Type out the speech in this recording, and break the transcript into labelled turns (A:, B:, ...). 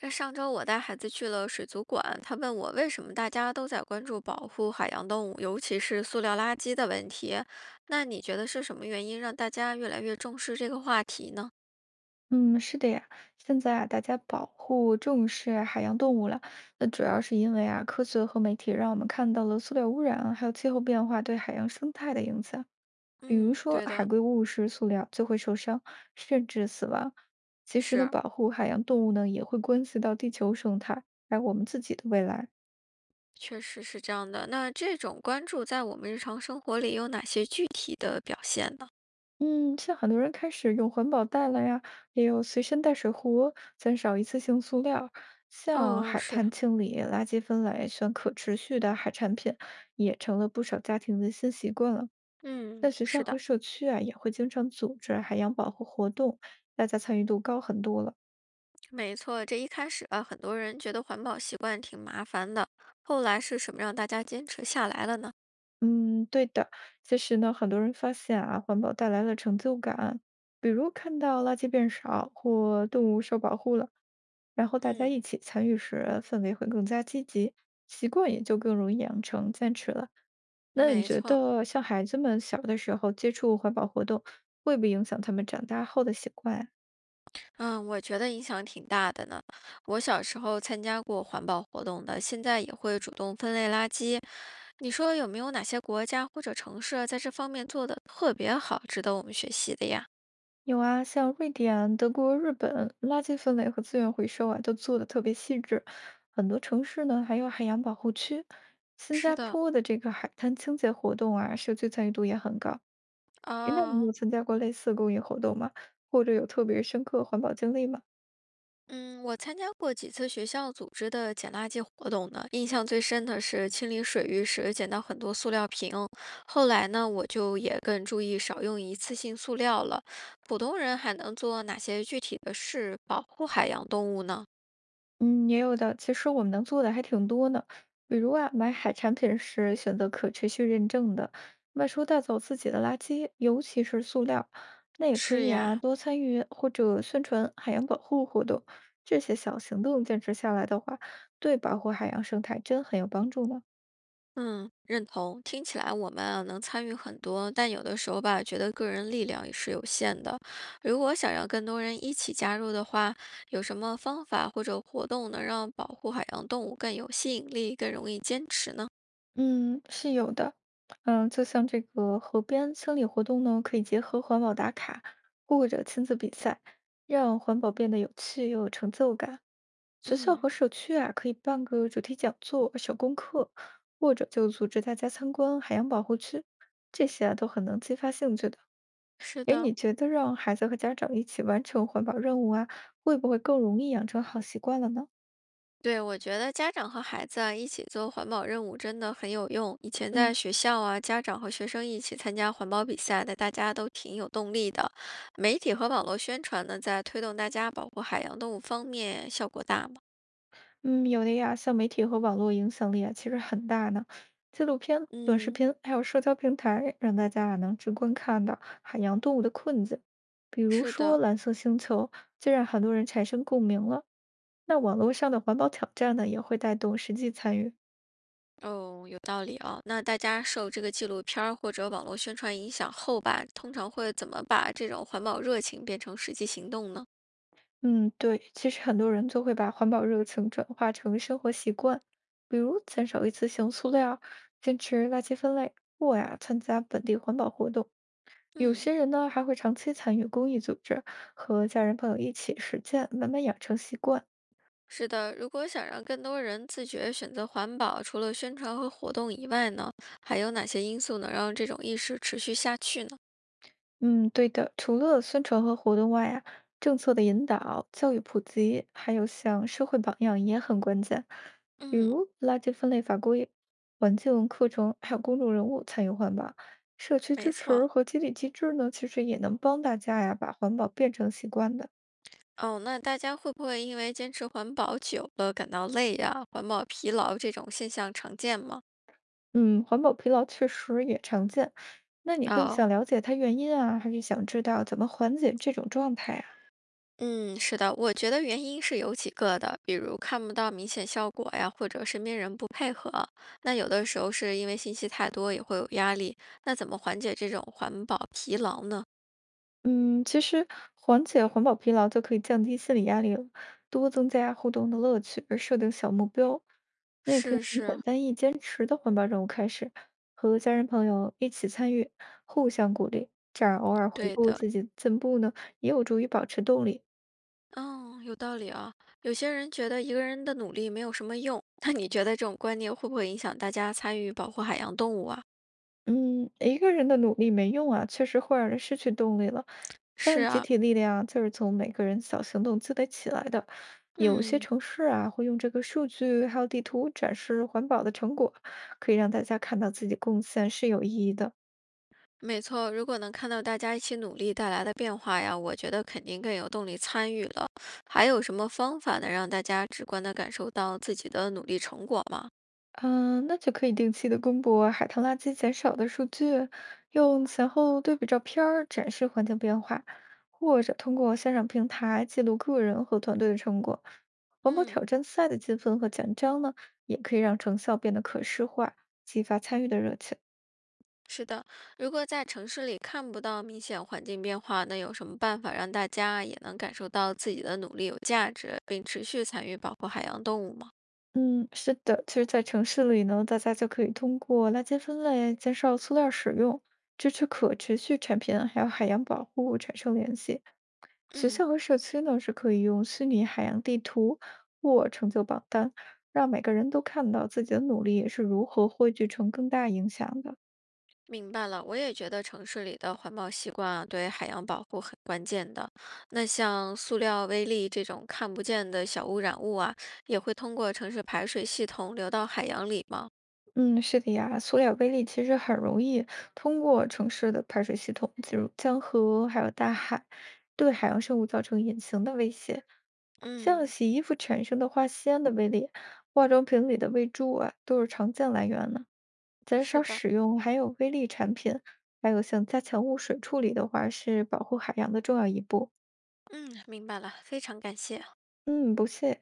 A: 那上周我带孩子去了水族馆，他问我为什么大家都在关注保护海洋动物，尤其是塑料垃圾的问题。那你觉得是什么原因让大家越来越重视这个话题呢？
B: 嗯，是的呀，现在啊，大家保护重视海洋动物了，那主要是因为啊，科学和媒体让我们看到了塑料污染，还有气候变化对海洋生态的影响。比如
A: 嗯，
B: 说，
A: 对
B: 海
A: 的，
B: 龟误食塑料就会受伤，甚至死亡。其实呢，
A: 是，
B: 保护海洋动物呢，也会关系到地球生态，还有我们自己的未来。
A: 确实是这样的。那这种关注在我们日常生活里有哪些具体的表现呢？
B: 嗯，像很多人开始用环保袋了呀，也有随身带水壶，减少一次性塑料。像
A: 哦，
B: 海
A: 是，
B: 滩清理、垃圾分类、选可持续的海产品，也成了不少家庭的新习惯了。
A: 嗯，
B: 在学
A: 是
B: 校
A: 的，
B: 和社区啊，也会经常组织海洋保护活动，大家参与度高很多了。
A: 没错。这一开始啊，很多人觉得环保习惯挺麻烦的，后来是什么让大家坚持下来了呢？
B: 嗯，对的。其实呢，很多人发现啊，环保带来了成就感，比如看到垃圾变少或动物受保护了，然后大家
A: 嗯，
B: 一起参与时，氛围会更加积极，习惯也就更容易养成坚持了。那你
A: 没
B: 觉
A: 错。
B: 得像孩子们小的时候接触环保活动，会不会影响他们长大后的习惯呀？
A: 嗯，我觉得影响挺大的呢。我小时候参加过环保活动的，现在也会主动分类垃圾。你说有没有哪些国家或者城市在这方面做的特别好，值得我们学习的呀？
B: 有啊，像瑞典、德国、日本，垃圾分类和资源回收啊，都做得特别细致。很多城市呢，还有海洋保护区。新
A: 是
B: 加
A: 的，
B: 坡的这个海滩清洁活动啊，社区参与度也很高。诶那你
A: 哦。
B: 有参加过类似公益活动吗？或者有特别深刻环保经历吗？
A: 嗯，我参加过几次学校组织的捡垃圾活动呢，印象最深的是清理水域时捡到很多塑料瓶。后来呢，我就也更注意少用一次性塑料了。普通人还能做哪些具体的事保护海洋动物呢？
B: 嗯，也有的。其实我们能做的还挺多呢，比如啊，买海产品时选择可持续认证的，外出带走自己的垃圾，尤其是塑料。那也可
A: 是
B: 以啊，
A: 呀，
B: 多参与或者宣传海洋保护活动，这些小行动坚持下来的话，对保护海洋生态真很有帮助呢。
A: 嗯，认同。听起来我们啊能参与很多，但有的时候吧，觉得个人力量也是有限的。如果想让更多人一起加入的话，有什么方法或者活动能让保护海洋动物更有吸引力、更容易坚持呢？
B: 嗯，是有的。嗯，就像这个河边清理活动呢，可以结合环保打卡或者亲子比赛，让环保变得有趣又有成就感。学校
A: 嗯，
B: 和社区啊，可以办个主题讲座、小功课，或者就组织大家参观海洋保护区，这些啊都很能激发兴趣的。
A: 是
B: 哎，
A: 的，
B: 你觉得让孩子和家长一起完成环保任务啊，会不会更容易养成好习惯了呢？
A: 对，我觉得家长和孩子啊一起做环保任务真的很有用。以前在
B: 嗯，
A: 学校啊，家长和学生一起参加环保比赛的，大家都挺有动力的。媒体和网络宣传呢，在推动大家保护海洋动物方面效果大吗？
B: 嗯，有的呀，像媒体和网络影响力啊，其实很大呢。纪录片、短视
A: 嗯，
B: 频还有社交平台，让大家啊能直观看到海洋动物的困境。比如
A: 是
B: 说
A: 的，
B: 蓝色星球，就让很多人产生共鸣了。那网络上的环保挑战呢，也会带动实际参与。
A: 哦，有道理啊。那大家受这个纪录片儿或者网络宣传影响后吧，通常会怎么把这种环保热情变成实际行动呢？
B: 嗯，对，其实很多人就会把环保热情转化成生活习惯，比如减少一次性塑料，坚持垃圾分类，或呀参加本地环保活动。有
A: 嗯。
B: 些人呢，还会长期参与公益组织，和家人朋友一起实践，慢慢养成习惯。
A: 是的，如果想让更多人自觉选择环保，除了宣传和活动以外呢，还有哪些因素能让这种意识持续下去呢？
B: 嗯，对的。除了宣传和活动外啊，政策的引导、教育普及，还有像社会榜样也很关键。比
A: 嗯，
B: 如垃圾分类法规、环境课程，还有公众人物参与环保、社区
A: 没
B: 支持
A: 错。
B: 和激励机制呢，其实也能帮大家呀把环保变成习惯的。
A: 哦，那大家会不会因为坚持环保久了感到累呀、环保疲劳这种现象常见吗？
B: 嗯，环保疲劳确实也常见。那你更想
A: 哦，
B: 了解它原因啊，还是想知道怎么缓解这种状态呀？
A: 嗯，是的，我觉得原因是有几个的，比如看不到明显效果呀，或者身边人不配合。那有的时候是因为信息太多，也会有压力。那怎么缓解这种环保疲劳呢？
B: 嗯，其实缓解环保疲劳就可以降低心理压力了，多增加互动的乐趣，而设定小目标，那也可以
A: 是
B: 从简
A: 是，
B: 单易坚持的环保任务开始，和家人朋友一起参与，互相鼓励，这样偶尔回
A: 对
B: 顾
A: 的，
B: 自己的进步呢，也有助于保持动力。
A: 嗯，有道理啊。有些人觉得一个人的努力没有什么用，那你觉得这种观念会不会影响大家参与保护海洋动物啊？
B: 嗯，一个人的努力没用啊，确实会让人失去动力了。
A: 是
B: 但集
A: 啊，
B: 体力量啊就是从每个人小行动积累起来的。有些
A: 嗯，
B: 城市啊，会用这个数据还有地图展示环保的成果，可以让大家看到自己贡献是有意义的。
A: 没错。如果能看到大家一起努力带来的变化呀，我觉得肯定更有动力参与了。还有什么方法能让大家直观的感受到自己的努力成果吗？
B: 嗯，那就可以定期的公布海滩垃圾减少的数据，用前后对比照片儿展示环境变化，或者通过线上平台记录个人和团队的成果。环保挑
A: 嗯。
B: 战赛的积分和奖章呢，也可以让成效变得可视化，激发参与的热情。
A: 是的，如果在城市里看不到明显环境变化，那有什么办法让大家也能感受到自己的努力有价值，并持续参与保护海洋动物吗？
B: 嗯，是的，其实，在城市里呢，大家就可以通过垃圾分类、减少塑料使用、支持可持续产品，还有海洋保护产生联系。学
A: 嗯，
B: 校和社区呢是可以用虚拟海洋地图或成就榜单，让每个人都看到自己的努力是如何汇聚成更大影响的。
A: 明白了。我也觉得城市里的环保习惯啊，对海洋保护很关键的。那像塑料微粒这种看不见的小污染物啊，也会通过城市排水系统流到海洋里吗？
B: 嗯，是的呀，塑料微粒其实很容易通过城市的排水系统进入江河，还有大海，对海洋生物造成隐形的威胁。像
A: 嗯，
B: 洗衣服产生的化纤的微粒，化妆品里的微珠啊，都是常见来源呢。减
A: 是
B: 少
A: 的。
B: 使用含有微粒产品，还有像加强污水处理的话，是保护海洋的重要一步。
A: 嗯，明白了，非常感谢。
B: 嗯，不谢。